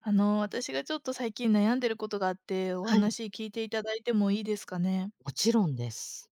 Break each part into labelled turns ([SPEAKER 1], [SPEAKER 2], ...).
[SPEAKER 1] 私がちょっと最近悩んでることがあって、お
[SPEAKER 2] はい、
[SPEAKER 1] 話聞いていただいてもいいですかね？
[SPEAKER 2] もちろんです。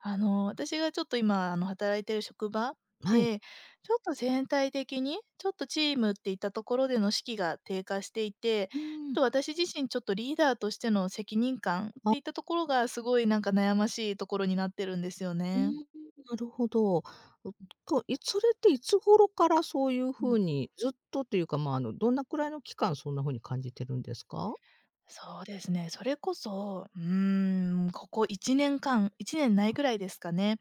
[SPEAKER 1] 私がちょっと今、働いてる職場
[SPEAKER 2] はい。
[SPEAKER 1] で、ちょっと全体的に、ちょっとチームっていったところでの士気が低下していて、
[SPEAKER 2] うーん。
[SPEAKER 1] ちょっと私自身ちょっとリーダーとしての責任感っ
[SPEAKER 2] あ、
[SPEAKER 1] ていったところが、すごいなんか悩ましいところになってるんですよ
[SPEAKER 2] うーん、
[SPEAKER 1] ね。
[SPEAKER 2] なるほど。うと、いそれっていつ頃からそういう
[SPEAKER 1] う
[SPEAKER 2] 風
[SPEAKER 1] ん、
[SPEAKER 2] に、ずっとというか、まあ、どんなくらいの期間そんな風に感じてるんですか？
[SPEAKER 1] そうですね、それこそ、ここ1年間1年ないぐらいですかね。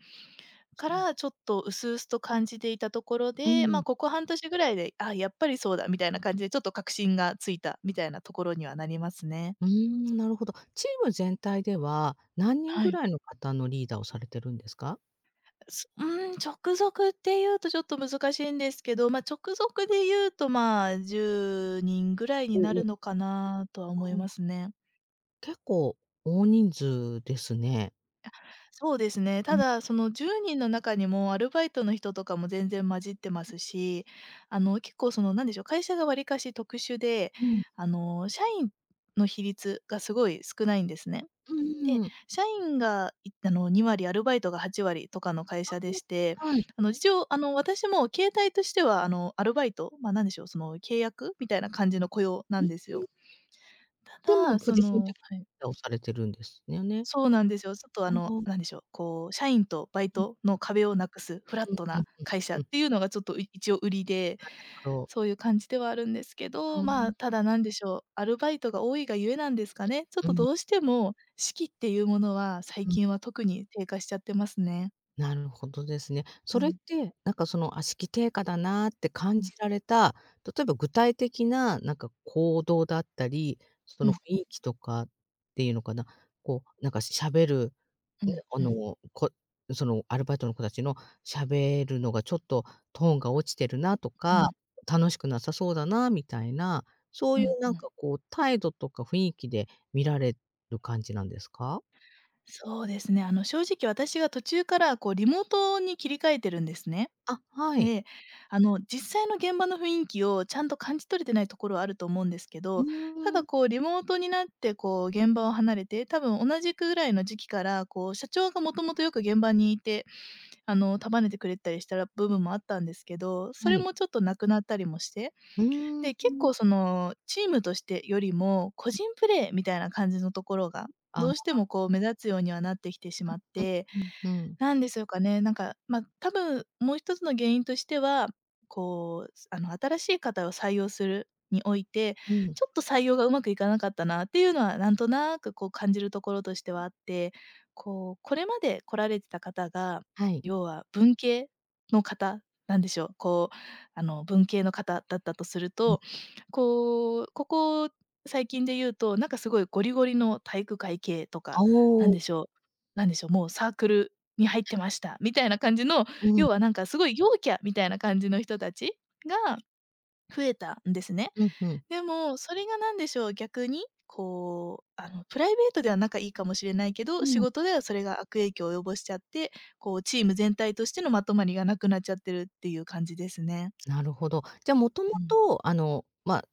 [SPEAKER 2] そ
[SPEAKER 1] から、
[SPEAKER 2] う。
[SPEAKER 1] ちょっと薄々と感じていたところ
[SPEAKER 2] う
[SPEAKER 1] で、ま
[SPEAKER 2] ん。
[SPEAKER 1] あ、ここ半年ぐらいで、あ、やっぱりそうだみたいな感じで、ちょっと確信がついたみたいなところにはなりますね。
[SPEAKER 2] うーん、なるほど。チーム全体では、何人
[SPEAKER 1] は
[SPEAKER 2] ぐ
[SPEAKER 1] い。
[SPEAKER 2] らいの方のリーダーをされてるんですか？
[SPEAKER 1] すうーん、直属っていうとちょっと難しいんですけど、まあ、直属で言うと、まあ、10人ぐらい
[SPEAKER 2] お
[SPEAKER 1] にな
[SPEAKER 2] お、う
[SPEAKER 1] るのかなとは思います
[SPEAKER 2] ん、
[SPEAKER 1] ね。
[SPEAKER 2] 結構大人数ですね。
[SPEAKER 1] そうですね。
[SPEAKER 2] う
[SPEAKER 1] た
[SPEAKER 2] ん、
[SPEAKER 1] だ、その10人の中にもアルバイトの人とかも全然混じってますし、結構その、なんでしょう、会社がわりかし特殊で、
[SPEAKER 2] うん、
[SPEAKER 1] あの、社員の比率がすごい少ないんですね。
[SPEAKER 2] うん
[SPEAKER 1] で、
[SPEAKER 2] うん。
[SPEAKER 1] 社員が、いあの、2割、アルバイトが8割とかの会社でして、
[SPEAKER 2] はい。
[SPEAKER 1] あの、一応、私も形態としては、アルバイト、まあ、なんでしょう、その、契約みたいな感じの雇用な
[SPEAKER 2] うー
[SPEAKER 1] んですよ。
[SPEAKER 2] ん。で
[SPEAKER 1] た
[SPEAKER 2] も
[SPEAKER 1] だ、
[SPEAKER 2] ポ
[SPEAKER 1] そ
[SPEAKER 2] ジション的
[SPEAKER 1] の
[SPEAKER 2] にリ
[SPEAKER 1] はい。
[SPEAKER 2] ーダーをされてるんですよね。
[SPEAKER 1] そうなんですよ。ちょっとあ
[SPEAKER 2] お
[SPEAKER 1] の、
[SPEAKER 2] お、
[SPEAKER 1] なんでしょう、こう、社員とバイトの壁をなくすフラッ
[SPEAKER 2] うん
[SPEAKER 1] ト
[SPEAKER 2] うん
[SPEAKER 1] な
[SPEAKER 2] うん
[SPEAKER 1] 会社
[SPEAKER 2] う
[SPEAKER 1] っ
[SPEAKER 2] ん。な
[SPEAKER 1] ていうのがちょっと、一応売りで、
[SPEAKER 2] るほど。
[SPEAKER 1] そういう感じではあるんですけ
[SPEAKER 2] う
[SPEAKER 1] ど、ま
[SPEAKER 2] ん、
[SPEAKER 1] あ、ただなんでしょう、アルバイトが多いがゆえなんですかね、ちょっ
[SPEAKER 2] う
[SPEAKER 1] と
[SPEAKER 2] ん
[SPEAKER 1] どうしても士気っていうものは、最
[SPEAKER 2] うん。
[SPEAKER 1] 近は特に低下しちゃってますね。
[SPEAKER 2] なるほどですね。
[SPEAKER 1] う
[SPEAKER 2] それっ
[SPEAKER 1] ん、
[SPEAKER 2] て、なんかその、あ、式低下だなって感
[SPEAKER 1] う
[SPEAKER 2] じ
[SPEAKER 1] ん、
[SPEAKER 2] られた、例えば具体的な、なんか行動だったり、そ
[SPEAKER 1] うん、
[SPEAKER 2] の
[SPEAKER 1] う
[SPEAKER 2] 雰
[SPEAKER 1] ん、
[SPEAKER 2] 囲気とかっていうのかな、こう、なんか喋る
[SPEAKER 1] うん、
[SPEAKER 2] ね、
[SPEAKER 1] うん、
[SPEAKER 2] そのアルバイトの子たちの喋るのがちょっとトーンが落ちてるなと
[SPEAKER 1] う
[SPEAKER 2] か、
[SPEAKER 1] ん、
[SPEAKER 2] 楽しくなさそうだなみたいな、そう
[SPEAKER 1] う
[SPEAKER 2] い
[SPEAKER 1] ん
[SPEAKER 2] う
[SPEAKER 1] う
[SPEAKER 2] なんか
[SPEAKER 1] ん。
[SPEAKER 2] こう態度とか雰囲気で見られる感じなんですか？
[SPEAKER 1] そうですね、あの、正直私が途中からこうリモートに切り替えてるんですね。
[SPEAKER 2] あ、はい。
[SPEAKER 1] で、あの、実際の現場の雰囲気をちゃんと感じ取れてないところはあると思うんですけ
[SPEAKER 2] う
[SPEAKER 1] ど、た
[SPEAKER 2] ー
[SPEAKER 1] だ
[SPEAKER 2] ん、
[SPEAKER 1] こうリモートになってこう現場を離れて、多分同じくぐらいの時期からこう社長がもともとよく現場にいて、あの、束ねてくれたりしたら部分もあったんですけど、そ
[SPEAKER 2] は
[SPEAKER 1] れ
[SPEAKER 2] い。
[SPEAKER 1] もちょっとなくなったりもして、
[SPEAKER 2] うー
[SPEAKER 1] で、結
[SPEAKER 2] ん。
[SPEAKER 1] 構そのチームとしてよりも個人プレーみたいな感じのところが、ど
[SPEAKER 2] あ、
[SPEAKER 1] うしてもこう目立つようにはなってきてしまって、
[SPEAKER 2] うんうん。
[SPEAKER 1] なんでしょうかね、なんか、まあ、多分もう一つの原因としては、こう、すあの、新しい方を採用するにおいて、
[SPEAKER 2] うん。
[SPEAKER 1] ちょっと採用がうまくいかなかったなっていうのは、なんとなくこう感じるところとしてはあって、こう、これまで来られてた方が、
[SPEAKER 2] はい。
[SPEAKER 1] 要は文系の方なんでしょう。こう、あの、文系の方だったとする
[SPEAKER 2] うん。
[SPEAKER 1] と、こう、ここ最近で言うと、なんかすごいゴリゴリの体育会系と
[SPEAKER 2] あ、
[SPEAKER 1] か、な
[SPEAKER 2] お
[SPEAKER 1] ん
[SPEAKER 2] お。
[SPEAKER 1] でしょうなんでしょう、もうサークルに入ってました、みたいな感じの、
[SPEAKER 2] うん。
[SPEAKER 1] 要はなんかすごい陽キャみたいな感じの人たちが増えたんですね。
[SPEAKER 2] うんうん。
[SPEAKER 1] でも、それが何でしょう、逆に、こう、あの、プライベートでは仲いいかもしれないけ
[SPEAKER 2] う
[SPEAKER 1] ど、仕
[SPEAKER 2] ん。
[SPEAKER 1] 事ではそれが悪影響を及ぼしちゃって、こうチーム全体としてのまとまりがなくなっちゃってるっていう感じですね。
[SPEAKER 2] なるほど。じゃ、もとも
[SPEAKER 1] うん。
[SPEAKER 2] とま、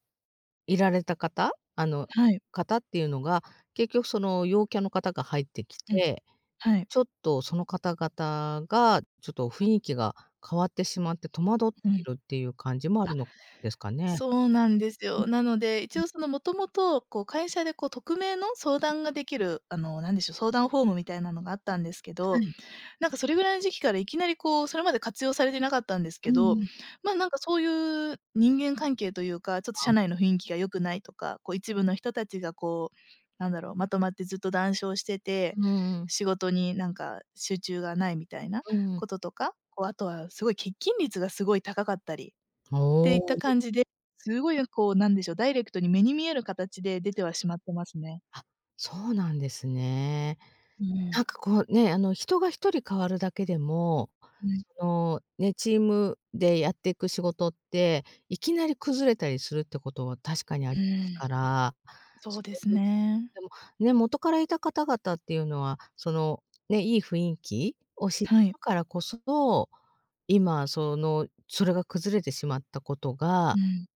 [SPEAKER 2] いられた方
[SPEAKER 1] はい。
[SPEAKER 2] 方っていうのが、結局その陽キャの方が入ってき
[SPEAKER 1] うん。
[SPEAKER 2] て、
[SPEAKER 1] はい。
[SPEAKER 2] ちょっとその方々が、ちょっと雰囲気が変わってしまって戸惑って
[SPEAKER 1] う
[SPEAKER 2] い
[SPEAKER 1] ん。
[SPEAKER 2] るっていう感じもあるのですかね？
[SPEAKER 1] そうなんです
[SPEAKER 2] うん
[SPEAKER 1] よ。なので、一
[SPEAKER 2] うん、
[SPEAKER 1] 応そのもともと、こう会社でこう匿名の相談ができる、あの、なんでしょう、相談フォームみたいなのがあったんですけ
[SPEAKER 2] は
[SPEAKER 1] ど、
[SPEAKER 2] い。
[SPEAKER 1] なんかそれぐらいの時期からいきなりこう、それまで活用されてなかったんです
[SPEAKER 2] う
[SPEAKER 1] け
[SPEAKER 2] ん
[SPEAKER 1] ど、
[SPEAKER 2] うん。
[SPEAKER 1] まあ、なんかそういう人間関係というか、ちょっと
[SPEAKER 2] あ、
[SPEAKER 1] 社内の雰囲気が良くないとか、こう一部の人たちがこう、なんだろう、まとまってずっと談笑してて、
[SPEAKER 2] うんうん。
[SPEAKER 1] 仕事になんか集中がないみたいな
[SPEAKER 2] うんうん。
[SPEAKER 1] こととか、こうあとはすごい欠勤率がすごい高かったり
[SPEAKER 2] お
[SPEAKER 1] ていった
[SPEAKER 2] お。
[SPEAKER 1] 感じで、すごいこうなんでしょう、ダイレクトに目に見える形で出てはしまってますね。
[SPEAKER 2] あ、そうなんですね。
[SPEAKER 1] う
[SPEAKER 2] なん
[SPEAKER 1] ん。
[SPEAKER 2] かこうね、あの人が一人変わるだけでも、
[SPEAKER 1] うん、
[SPEAKER 2] そのね、チームでやっていく仕事って、いきなり崩れたりするってことは確かにあ
[SPEAKER 1] う
[SPEAKER 2] ります
[SPEAKER 1] ん、
[SPEAKER 2] から、
[SPEAKER 1] そ
[SPEAKER 2] そ
[SPEAKER 1] うです
[SPEAKER 2] ういう、
[SPEAKER 1] ね。
[SPEAKER 2] でも、ね、元からいた方々っていうのは、そのね、いい雰囲気を知って
[SPEAKER 1] はい。
[SPEAKER 2] るからこそ、今その、それが崩れてしまったこと
[SPEAKER 1] う
[SPEAKER 2] が、
[SPEAKER 1] ん。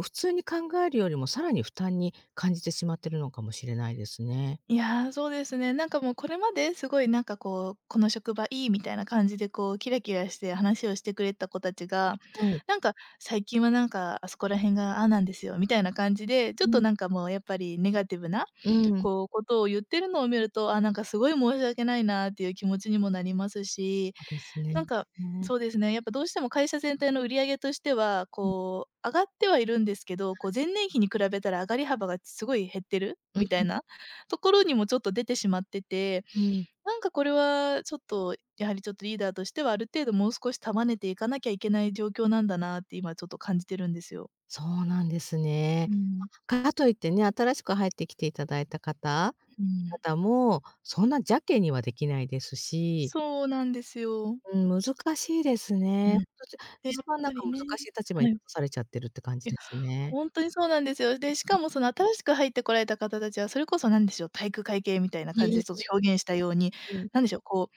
[SPEAKER 2] 普通に考えるよりもさらに負担に感じてしまってるのかもしれないですね。
[SPEAKER 1] いや、そうですね。なんかもうこれまですごいなんかこう、この職場いいみたいな感じでこうキラキラして話をしてくれた子たちが、
[SPEAKER 2] はい。
[SPEAKER 1] なんか最近はなんかあそこら辺がああなんですよみたいな感じで、ちょっとなんかもうやっぱりネガティブな、
[SPEAKER 2] うん。
[SPEAKER 1] こうことを言ってるのを見ると、あ、なんかすごい申し訳ないなっていう気持ちにもなりますし、
[SPEAKER 2] そうです
[SPEAKER 1] な
[SPEAKER 2] ね。
[SPEAKER 1] んか、
[SPEAKER 2] うん
[SPEAKER 1] そうですね、やっぱどうしても会社全体の売り上げとしては、こう、上がってはいるんですけど、こう前年比に比べたら上がり幅がすごい減ってる
[SPEAKER 2] う
[SPEAKER 1] みたい
[SPEAKER 2] ん
[SPEAKER 1] なところにもちょっと出てしまってて、
[SPEAKER 2] うん。
[SPEAKER 1] なんかこれはちょっと、やはりちょっとリーダーとしてはある程度もう少し束ねていかなきゃいけない状況なんだなって今ちょっと感じてるんですよ。
[SPEAKER 2] そうなんですね。
[SPEAKER 1] うん、
[SPEAKER 2] ま、かといってね、新しく入ってきていただいた方
[SPEAKER 1] うん。
[SPEAKER 2] 方も、そんな邪気にはできないですし、
[SPEAKER 1] そうなんですよ。
[SPEAKER 2] うん、難しいです
[SPEAKER 1] う
[SPEAKER 2] ね。ほん
[SPEAKER 1] ん。
[SPEAKER 2] と、
[SPEAKER 1] で、や
[SPEAKER 2] 一
[SPEAKER 1] っ
[SPEAKER 2] 番なん
[SPEAKER 1] ぱ
[SPEAKER 2] か
[SPEAKER 1] り
[SPEAKER 2] 難
[SPEAKER 1] ね
[SPEAKER 2] しい立場に
[SPEAKER 1] は
[SPEAKER 2] 立
[SPEAKER 1] い。
[SPEAKER 2] たされちゃってるって感じ
[SPEAKER 1] いや、
[SPEAKER 2] ですね。
[SPEAKER 1] ほんとにそうなんですよ。で、しかもその新しく入ってこられた方たちは、それこそ何でしょう、体育会系みたいな
[SPEAKER 2] う
[SPEAKER 1] 感じでちょっ
[SPEAKER 2] ん
[SPEAKER 1] と表現したように、
[SPEAKER 2] うんうん。
[SPEAKER 1] なんでしょう、こう、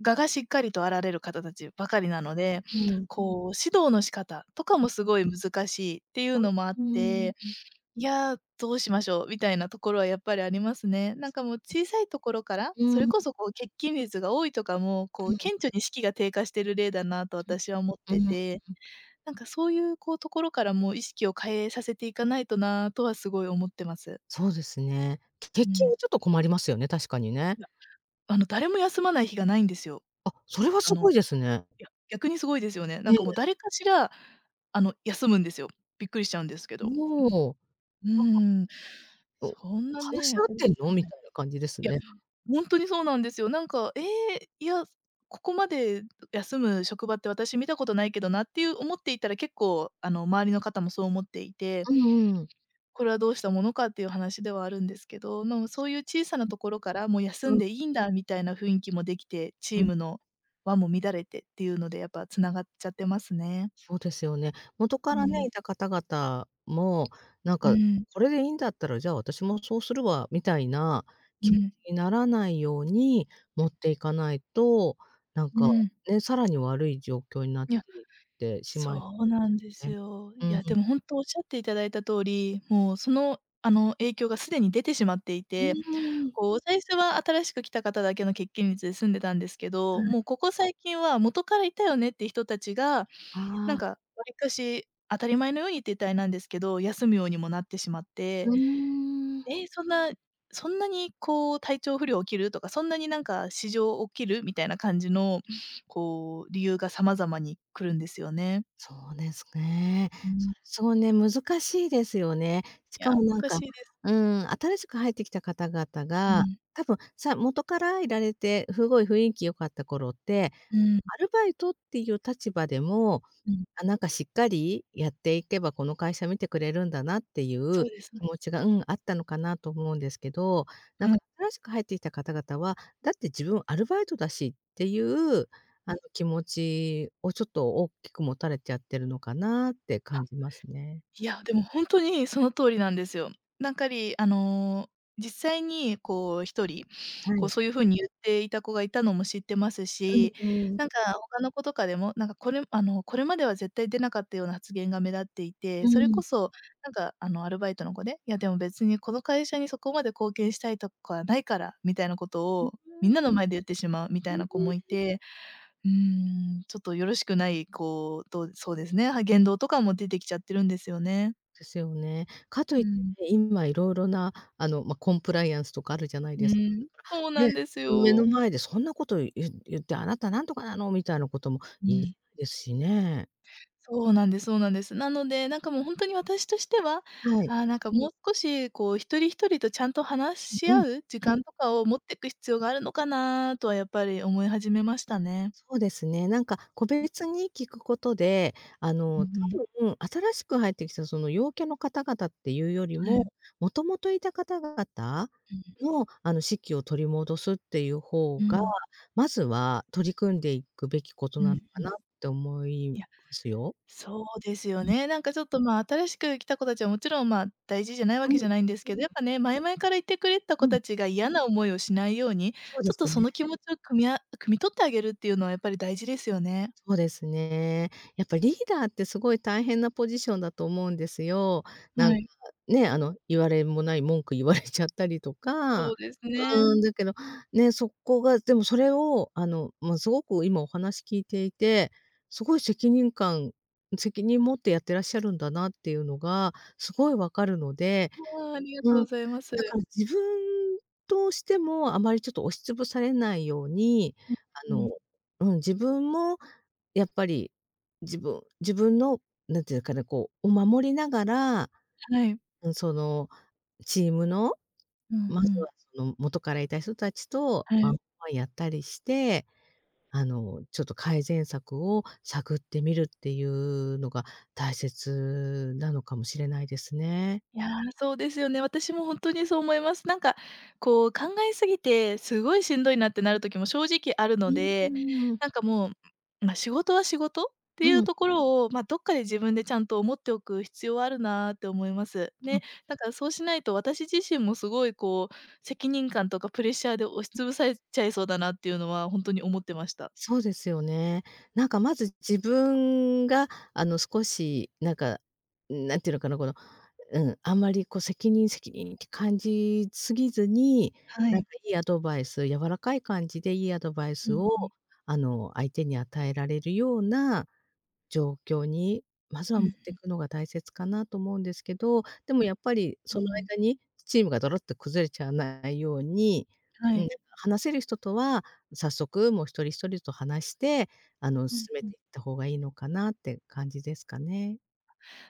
[SPEAKER 1] 我がしっかりとあられる方たちばかりなので、
[SPEAKER 2] うん。
[SPEAKER 1] こう、指導の仕方とかもすごい難しいっていうのもあっ
[SPEAKER 2] うー
[SPEAKER 1] て、
[SPEAKER 2] ん。
[SPEAKER 1] いや、どうしましょうみたいなところはやっぱりありますね。なんかもう小さいところから、
[SPEAKER 2] うん、
[SPEAKER 1] それ
[SPEAKER 2] うん、
[SPEAKER 1] こそこう欠勤率が多いとかも、こう
[SPEAKER 2] う
[SPEAKER 1] 顕著に士気が低下してる例だなと私は思っ
[SPEAKER 2] ん、う
[SPEAKER 1] て
[SPEAKER 2] ん。
[SPEAKER 1] て、なんかそういうこうところからも意識を変えさせていかないとなとはすごい思ってます。
[SPEAKER 2] そうですね。欠
[SPEAKER 1] う
[SPEAKER 2] 勤は
[SPEAKER 1] ん。
[SPEAKER 2] ちょっと困りますよね、確かにね。
[SPEAKER 1] いや、あの誰も休まない日がないんですよ。
[SPEAKER 2] あ、それは
[SPEAKER 1] あ
[SPEAKER 2] すご
[SPEAKER 1] の、
[SPEAKER 2] いですね。
[SPEAKER 1] いや、逆にすごいですよね。な
[SPEAKER 2] ね
[SPEAKER 1] んかもう
[SPEAKER 2] え。
[SPEAKER 1] 誰かしら、あの、休むんですよ。びっくりしちゃうんですけど。
[SPEAKER 2] もう
[SPEAKER 1] うーん。
[SPEAKER 2] お
[SPEAKER 1] そんな
[SPEAKER 2] 話し
[SPEAKER 1] ね、
[SPEAKER 2] 合っ
[SPEAKER 1] 大
[SPEAKER 2] てん
[SPEAKER 1] き
[SPEAKER 2] の？
[SPEAKER 1] く
[SPEAKER 2] み
[SPEAKER 1] ない。
[SPEAKER 2] たいな感じです
[SPEAKER 1] いや、
[SPEAKER 2] ね。
[SPEAKER 1] ほんとにそうなんですよ。なんか、ええ、いや、ここまで休む職場って私見たことないけどなっていう思っていたら結構あの周りの方もそう思っていて、
[SPEAKER 2] うんうん。
[SPEAKER 1] これはどうしたものかっていう話ではあるんですけど、の、そういう小さなところから、もう休
[SPEAKER 2] う
[SPEAKER 1] ん
[SPEAKER 2] ん、
[SPEAKER 1] でいいんだみたいな雰囲気もできて、チ
[SPEAKER 2] う
[SPEAKER 1] ー
[SPEAKER 2] ん、
[SPEAKER 1] ムの輪も乱れてっていうので、やっぱつながっちゃってますね。
[SPEAKER 2] そうですよね。元か
[SPEAKER 1] う
[SPEAKER 2] らね、
[SPEAKER 1] ん。
[SPEAKER 2] いた方々も、なん
[SPEAKER 1] う
[SPEAKER 2] か、
[SPEAKER 1] ん。
[SPEAKER 2] これでいいんだったら、じゃあ私もそうするわ、みたいな
[SPEAKER 1] う
[SPEAKER 2] 気持
[SPEAKER 1] ん。
[SPEAKER 2] ちにならないように持っていかないと、なん
[SPEAKER 1] う
[SPEAKER 2] か、
[SPEAKER 1] ん。
[SPEAKER 2] ね、さらに悪い状況になっ
[SPEAKER 1] いや、
[SPEAKER 2] ていってしまい
[SPEAKER 1] そうなんです
[SPEAKER 2] ね。
[SPEAKER 1] よ。
[SPEAKER 2] う
[SPEAKER 1] い
[SPEAKER 2] んう
[SPEAKER 1] や、で
[SPEAKER 2] ん。
[SPEAKER 1] も本当おっしゃっていただいた通り、もう影響がすでに出てしまってい
[SPEAKER 2] う
[SPEAKER 1] て、
[SPEAKER 2] ーん。
[SPEAKER 1] こう最初は新しく来た方だけの欠勤率で済んでたんですけ
[SPEAKER 2] は
[SPEAKER 1] ど、
[SPEAKER 2] い。
[SPEAKER 1] もうここ最近は元からいたよねって人たちが
[SPEAKER 2] ああ、
[SPEAKER 1] わりかし当たり前のようにって言ったらあれなんですけど、休むようにもなってしまって、
[SPEAKER 2] うーん。
[SPEAKER 1] え、そんなそんなにこう体調不良起きるとか、そんなになんか市場起きるみたいな感じの、こう理由が様々に来るんですよね。
[SPEAKER 2] そうですね。
[SPEAKER 1] う
[SPEAKER 2] そ
[SPEAKER 1] ん。
[SPEAKER 2] れすごいね、難しいですよね。し
[SPEAKER 1] いや、
[SPEAKER 2] かもなん
[SPEAKER 1] 難
[SPEAKER 2] か、
[SPEAKER 1] しいです。
[SPEAKER 2] うん、新しく入ってきた方々
[SPEAKER 1] う
[SPEAKER 2] が、
[SPEAKER 1] ん。
[SPEAKER 2] 多分、元からいられて、すごい雰囲気良かった頃って、
[SPEAKER 1] うん、
[SPEAKER 2] アルバイトっていう立場でも、
[SPEAKER 1] うん。
[SPEAKER 2] あ、なんかしっかりやっていけば、この会社見てくれるんだなっていう
[SPEAKER 1] そうです、そう
[SPEAKER 2] 気
[SPEAKER 1] で
[SPEAKER 2] 持
[SPEAKER 1] す。
[SPEAKER 2] ちが、うん、あったのかなと思うんですけど、なん
[SPEAKER 1] はい。
[SPEAKER 2] か新しく入ってきた方々は、だって自分アルバイトだしっていう、気持ちをちょっと大きく持たれちゃってるのかなって感じますね。
[SPEAKER 1] いや、でも本当にその通りなんですよ。なんかり、あの、実際にこう一人、
[SPEAKER 2] は
[SPEAKER 1] こう
[SPEAKER 2] い。
[SPEAKER 1] そういう風に言っていた子がいたのも知ってます
[SPEAKER 2] うん、
[SPEAKER 1] し、
[SPEAKER 2] うん。
[SPEAKER 1] なんか他の子とかでも、なんかこれ、これまでは絶対出なかったような発言が目立っていて、
[SPEAKER 2] う
[SPEAKER 1] それ
[SPEAKER 2] ん。
[SPEAKER 1] こそアルバイトの子で、「いやでも別にこの会社にそこまで貢献したいとかはないから」みたいなことをみんなの前で言ってしまうみたいな子
[SPEAKER 2] ね、
[SPEAKER 1] もいて、うーん、ちょっとよろしくない、そうですね、は言動とかも出てきちゃってるんですよね。
[SPEAKER 2] ですよね。かとい
[SPEAKER 1] う
[SPEAKER 2] って
[SPEAKER 1] ん、
[SPEAKER 2] ね、今いろいろな、ま、コンプライアンスとかあるじゃない
[SPEAKER 1] う
[SPEAKER 2] です
[SPEAKER 1] ん、そうな
[SPEAKER 2] ね、
[SPEAKER 1] んです
[SPEAKER 2] 目
[SPEAKER 1] よ。
[SPEAKER 2] の前でそんなこと言って、あなたなんとかなのみたいなことも
[SPEAKER 1] う
[SPEAKER 2] 言えない
[SPEAKER 1] ん、
[SPEAKER 2] ですしね。
[SPEAKER 1] そうなんですそうなんです。なので、なんかもうほんとに私としては、
[SPEAKER 2] はい。
[SPEAKER 1] ああ、なんかもう少しこう一人一人とちゃんと話し
[SPEAKER 2] うん。うん。
[SPEAKER 1] 合う時間とかを持ってく必要があるのかなとはやっぱり思い始めましたね。
[SPEAKER 2] そうですね。なんか個別に聞くことで、
[SPEAKER 1] う
[SPEAKER 2] 多
[SPEAKER 1] んうん。
[SPEAKER 2] 分新しく入ってきたその陽キャの方々っていうより
[SPEAKER 1] は
[SPEAKER 2] も、
[SPEAKER 1] い。
[SPEAKER 2] もともといた方々
[SPEAKER 1] うん。
[SPEAKER 2] の、士気を取り戻すっていう方
[SPEAKER 1] う
[SPEAKER 2] が、
[SPEAKER 1] ん、
[SPEAKER 2] まずは取り組んでいくべきこと
[SPEAKER 1] うん
[SPEAKER 2] なの
[SPEAKER 1] う
[SPEAKER 2] か
[SPEAKER 1] ん。い
[SPEAKER 2] な
[SPEAKER 1] や、
[SPEAKER 2] って思いますよ。
[SPEAKER 1] そうですよ
[SPEAKER 2] うん。
[SPEAKER 1] ね。なんかちょっと、まあ、新しく来た子たちはもちろん、まあ、大事じゃないわ
[SPEAKER 2] う
[SPEAKER 1] けじ
[SPEAKER 2] ん。
[SPEAKER 1] ゃないんですけど、やっぱね、前々から言ってくれてた
[SPEAKER 2] う
[SPEAKER 1] 子
[SPEAKER 2] ん。
[SPEAKER 1] たちが嫌な思いをしないように、
[SPEAKER 2] そう
[SPEAKER 1] ち
[SPEAKER 2] で
[SPEAKER 1] ょっと
[SPEAKER 2] す
[SPEAKER 1] そ
[SPEAKER 2] ね。
[SPEAKER 1] の気持ちをくみあ汲み取ってあげるっていうのはやっぱり大事ですよね。
[SPEAKER 2] そうですね。やっぱリーダーってすごい大変なポジションだと思うんですよ。なん
[SPEAKER 1] は
[SPEAKER 2] か
[SPEAKER 1] い、
[SPEAKER 2] ね、言われもない文句言われちゃったりとか、
[SPEAKER 1] そうですね。
[SPEAKER 2] うん、だけど、ね、そこがでもそれを、まあ、すごく今お話聞いていて、すごい責任持ってやってらっしゃるんだなっていうのがすごいわかるので、
[SPEAKER 1] ああ、ありが
[SPEAKER 2] う
[SPEAKER 1] とうご
[SPEAKER 2] ん、
[SPEAKER 1] ざいます。
[SPEAKER 2] だから自分としてもあまりちょっと押しつぶされないように、あ
[SPEAKER 1] うん、う
[SPEAKER 2] の、
[SPEAKER 1] ん、
[SPEAKER 2] うん、自分もやっぱり、自分の、なんていうかね、こう、を守りながら、
[SPEAKER 1] はい。
[SPEAKER 2] うん、その、チームの、
[SPEAKER 1] うん
[SPEAKER 2] ま
[SPEAKER 1] う
[SPEAKER 2] ず
[SPEAKER 1] ん。
[SPEAKER 2] はその元からいた人たちと
[SPEAKER 1] は
[SPEAKER 2] ワンオ
[SPEAKER 1] い。
[SPEAKER 2] ンワンやったりして、ちょっと改善策を探ってみるっていうのが大切なのかもしれないですね。
[SPEAKER 1] いや、そうですよね。私も本当にそう思います。なんか、こう、考えすぎて、すごいしんどいなってなる時も正直ある
[SPEAKER 2] う
[SPEAKER 1] の
[SPEAKER 2] ー
[SPEAKER 1] で、
[SPEAKER 2] ん、うん、
[SPEAKER 1] なんかもう、ま、仕事は仕事って
[SPEAKER 2] う
[SPEAKER 1] いう
[SPEAKER 2] ん。
[SPEAKER 1] ところを、ま、どっかで自分でちゃんと思っておく必要はあるなって思います。ね、だからそうしないと私自身もすごいこう、責任感とかプレッシャーで押しつぶされちゃいそうだなっていうのはほんとに思ってました。
[SPEAKER 2] そうですよね。なんかまず自分が少しなんか、なんていうのかな、この、うん、あんまりこう責任責任って感じすぎずに、
[SPEAKER 1] は
[SPEAKER 2] なん
[SPEAKER 1] い。
[SPEAKER 2] かいいアドバイス、柔らかい感じでいいアドバイ
[SPEAKER 1] う
[SPEAKER 2] スを
[SPEAKER 1] ん。
[SPEAKER 2] 相手に与えられるような状況に、まずは
[SPEAKER 1] う
[SPEAKER 2] 持っ
[SPEAKER 1] ん、
[SPEAKER 2] てくのが大切かなと思うんですけど、でもやっぱりそ
[SPEAKER 1] う
[SPEAKER 2] の
[SPEAKER 1] ん。
[SPEAKER 2] 間にチームがドロッと崩れちゃわないように、
[SPEAKER 1] は
[SPEAKER 2] うん、
[SPEAKER 1] い。
[SPEAKER 2] 話せる人とは早速もう一人一人と話して、
[SPEAKER 1] うん
[SPEAKER 2] 進め
[SPEAKER 1] うん。
[SPEAKER 2] ていった方がいいのかなって感じですかね。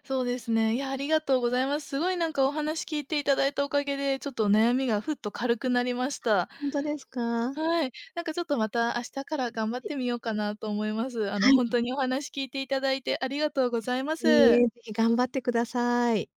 [SPEAKER 1] そうですね。いや、ありがとうございます。すごいなんかお話聞いていただいたおかげで、ちょっと悩みがふっと軽くなりました。
[SPEAKER 2] ほんとですか？
[SPEAKER 1] はい。なんかちょっとまた明日から頑張っ
[SPEAKER 2] え
[SPEAKER 1] てみようかなと思います。あ
[SPEAKER 2] は
[SPEAKER 1] の、
[SPEAKER 2] い。
[SPEAKER 1] 本当にお話聞いていただいてありがとうございま
[SPEAKER 2] いい
[SPEAKER 1] す。
[SPEAKER 2] え、ぜひ頑張ってください。